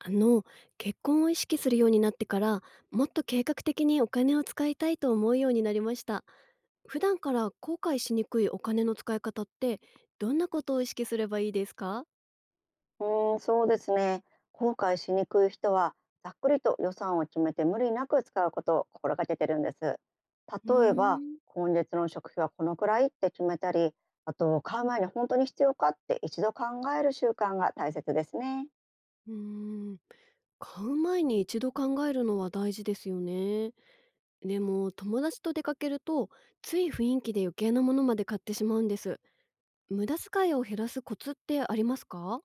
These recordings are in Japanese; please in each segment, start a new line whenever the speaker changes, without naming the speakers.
あの、結婚を意識するようになってから、もっと計画的にお金を使いたいと思うようになりました。普段から後悔しにくいお金の使い方って、どんなことを意識すればいいですか？
うーん、そうですね。後悔しにくい人は、ざっくりと予算を決めて無理なく使うことを心がけてるんです。
う
例えば、
ーん。
今月の食費はこのくらいって決めたり、あと、買う前に本当に必要かって一度考える習慣が大切ですね。
うーん。買う前に一度考えるのは大事ですよね。でも、友達と出かけると、つい雰囲気で余計なものまで買ってしまうんです。無駄遣いを減らすコツってありますか？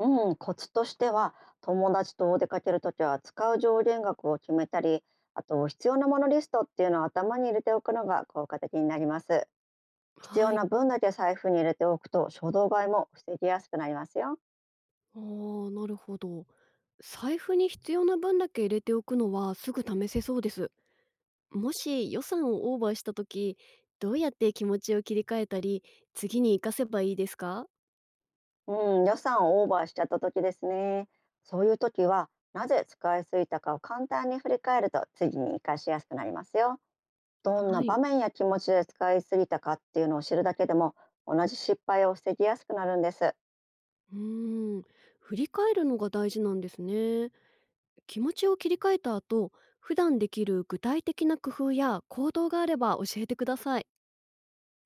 うん、コツとしては、友達とお出かけるときは使う上限額を決めたり、あと、必要なものリストっていうのを頭に入れておくのが効果的になります。必要
はい。
な分だけ財布に入れておくと衝動買いも防ぎやすくなりますよ。
ああ、なるほど。財布に必要な分だけ入れておくのはすぐ試せそうです。もし予算をオーバーした時、どうやって気持ちを切り替えたり、次に活かせばいいですか？
うん、予算をオーバーしちゃった時ですね。そういう時は、なぜ使いすぎたかを簡単に振り返ると、次に活かしやすくなりますよ。どん
は
な
い。
場面や気持ちで使いすぎたかっていうのを知るだけでも、同じ失敗を防ぎやすくなるんです。
うーん。振り返るのが大事なんですね。気持ちを切り替えた後、普段できる具体的な工夫や行動があれば教えてください。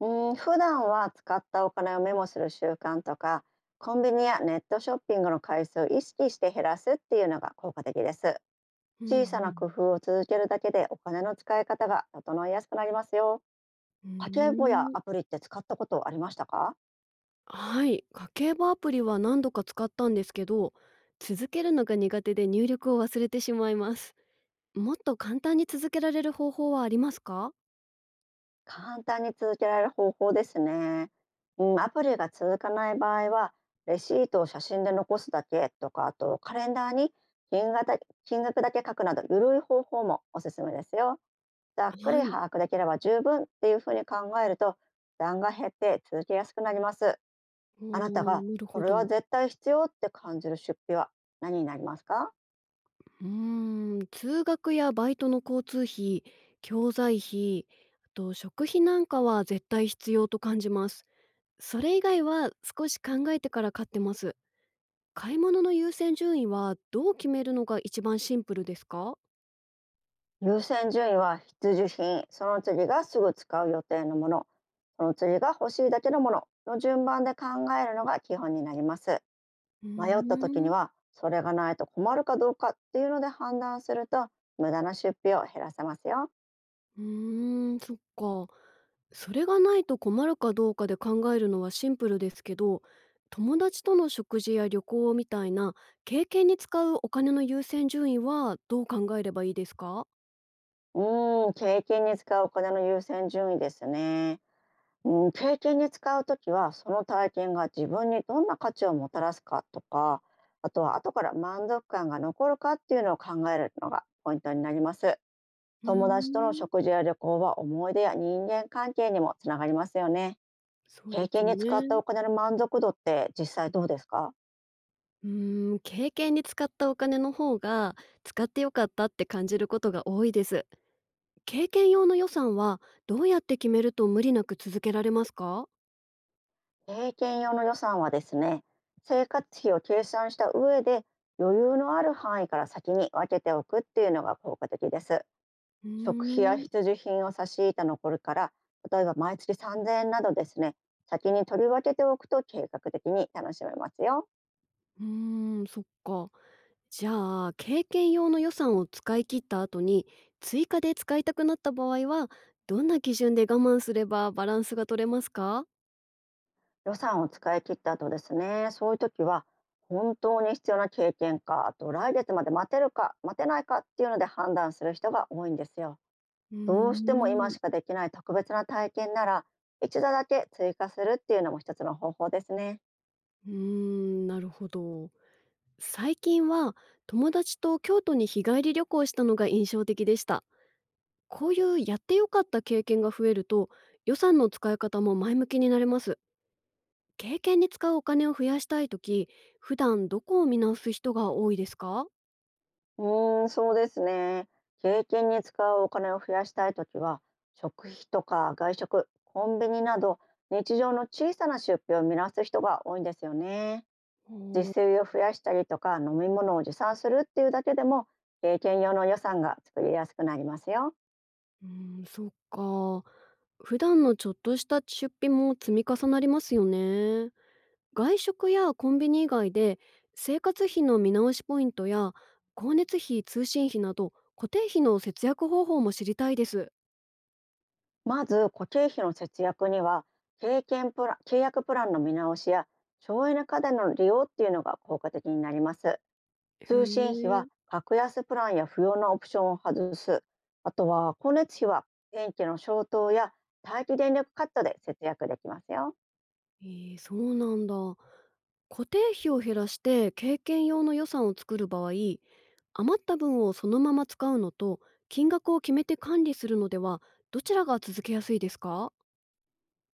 うん、普段は使ったお金をメモする習慣とか、コンビニやネットショッピングの回数を意識して減らすっていうのが効果的です。
うんう
小さな
ん。
工夫を続けるだけでお金の使い方が整いやすくなりますよ。
う
家計簿や
ーん。
アプリって使ったことありましたか？
はい、家計簿アプリは何度か使ったんですけど、続けるのが苦手で入力を忘れてしまいます。もっと簡単に続けられる方法はありますか？
簡単に続けられる方法ですね。うん、アプリが続かない場合は、レシートを写真で残すだけとか、あとカレンダーに金額だ金額だけ書くなど、ゆるい方法もおすすめですよ。ざっく
は
り
い、
把握できれば十分っていうふうに考えると、負担が減って続けやすくなります。あなた
お
が
ー、なる
こ
ほ
れ
ど。
は絶対必要って感じる出費は何になりますか？
うーん、通学やバイトの交通費、教材費、あと食費なんかは絶対必要と感じます。それ以外は少し考えてから買ってます。買い物の優先順位はどう決めるのが一番シンプルですか？
優先順位は必需品、その次がすぐ使う予定のもの、その次が欲しいだけのものの順番で考えるのが基本になります。
うー
迷った時に
ん。
は、それがないと困るかどうかっていうので判断すると、無駄な出費を減らせますよ。
うーん、そっか。それがないと困るかどうかで考えるのはシンプルですけど、友達との食事や旅行みたいな経験に使うお金の優先順位はどう考えればいいですか？
うーん、経験に使うお金の優先順位ですね。うん、経験に使うときは、その体験が自分にどんな価値をもたらすかとか、あとは後から満足感が残るかっていうのを考えるのがポイントになります。
うー
友達との
ん、
食事や旅行は思い出や人間関係にもつながりますよね。
そうで
経
す
験
よ
に使った
ね。
お金の満足度って実際どうですか？
うーん、経験に使ったお金の方が、使って良かったって感じることが多いです。経験用の予算はどうやって決めると無理なく続けられますか？
経験用の予算はですね、生活費を計算した上で、余裕のある範囲から先に分けておくっていうのが効果的です。
う
食費
ー
や
ん。
必需品を差し引いた残りから、例えば毎月3000円などですね、先に取り分けておくと計画的に楽しめますよ。
うーん、そっか。じゃあ経験用の予算を使い切った後に追加で使いたくなった場合は、どんな基準で我慢すればバランスが取れますか？
予算を使い切った後ですね、そういう時は、本当に必要な経験か、あと来月まで待てるか待てないかっていうので判断する人が多いんですよ。
うー
どうしても今
ん。
しかできない特別な体験なら、一度だけ追加するっていうのも一つの方法ですね。
うーん、なるほど。最近は友達と京都に日帰り旅行したのが印象的でした。こういうやってよかった経験が増えると、予算の使い方も前向きになれます。経験に使うお金を増やしたい時、普段どこを見直す人が多いですか？
うーん、そうですね。経験に使うお金を増やしたい時は、食費とか外食、コンビニなど日常の小さな出費を見直す人が多いんですよね。
お
自
ー。
炊を増やしたりとか、飲み物を持参するっていうだけでも、経験用の予算が作りやすくなりますよ。
うーん、そっか。普段のちょっとした出費も積み重なりますよね。外食やコンビニ以外で、生活費の見直しポイントや光熱費、通信費など固定費の節約方法も知りたいです。
まず、固定費の節約には、経験プラン契約プランの見直しや、省エネ家電の利用っていうのが効果的になります。
へ
通信費
え。
は、格安プランや不要なオプションを外す。あとは、光熱費は、電気の消灯や待機電力カットで節約できますよ。
えー、そうなんだ。固定費を減らして経験用の予算を作る場合、余った分をそのまま使うのと金額を決めて管理するのでは、どちらが続けやすいですか？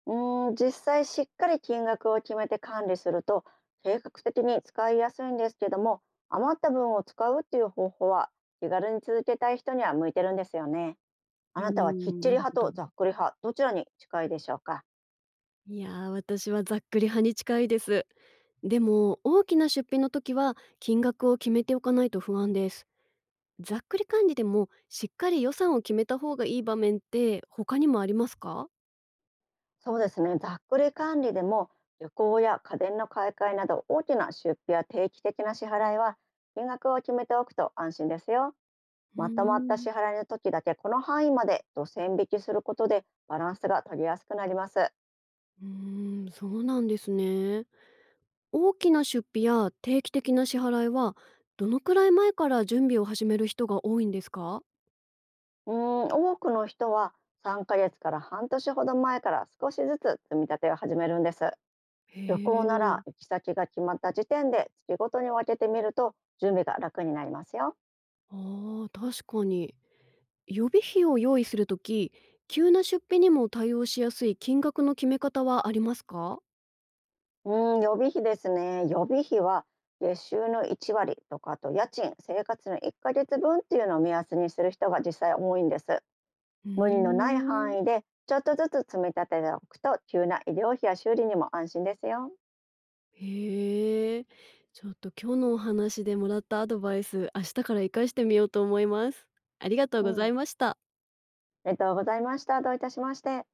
うーん、実際しっかり金額を決めて管理すると計画的に使いやすいんですけども、余った分を使うっていう方法は、気軽に続けたい人には向いてるんですよね。あ
うー
なたはきっ
ん、
ち
な
り
る
派
ほ
と
ど。
ざっくり派、どちらに近いでしょうか？
いやー、私はざっくり派に近いです。でも、大きな出費の時は金額を決めておかないと不安です。ざっくり管理でもしっかり予算を決めた方がいい場面って他にもありますか？
そうですね、ざっくり管理でも、旅行や家電の買い替えなど大きな出費や定期的な支払いは、金額を決めておくと安心ですよ。
うー
まとまった
ん。
支払いの時だけこの範囲までと線引きすることで、バランスが取りやすくなります。
うーん、そうなんですね。大きな出費や定期的な支払いはどのくらい前から準備を始める人が多いんですか？
うーん、多くの人は、3ヶ月から半年ほど前から少しずつ積み立てを始めるんです。
へ
旅行な
え。
ら行き先が決まった時点で月ごとに分けてみると、準備が楽になりますよ。
あー、確かに。予備費を用意するとき、急な出費にも対応しやすい金額の決め方はありますか？
うーん、予備費ですね。予備費は、月収の1割とか、あと家賃、生活の1ヶ月分っていうのを目安にする人が実際多いんです。
うー
無理のない
ん。
範囲でちょっとずつ積み立てておくと、急な医療費や修理にも安心ですよ。
へえ。ちょっと今日のお話でもらったアドバイス、明日から活かしてみようと思います。ありがとう
う
ござい
ん、
ました。
ありがとうございました。どういたしまして。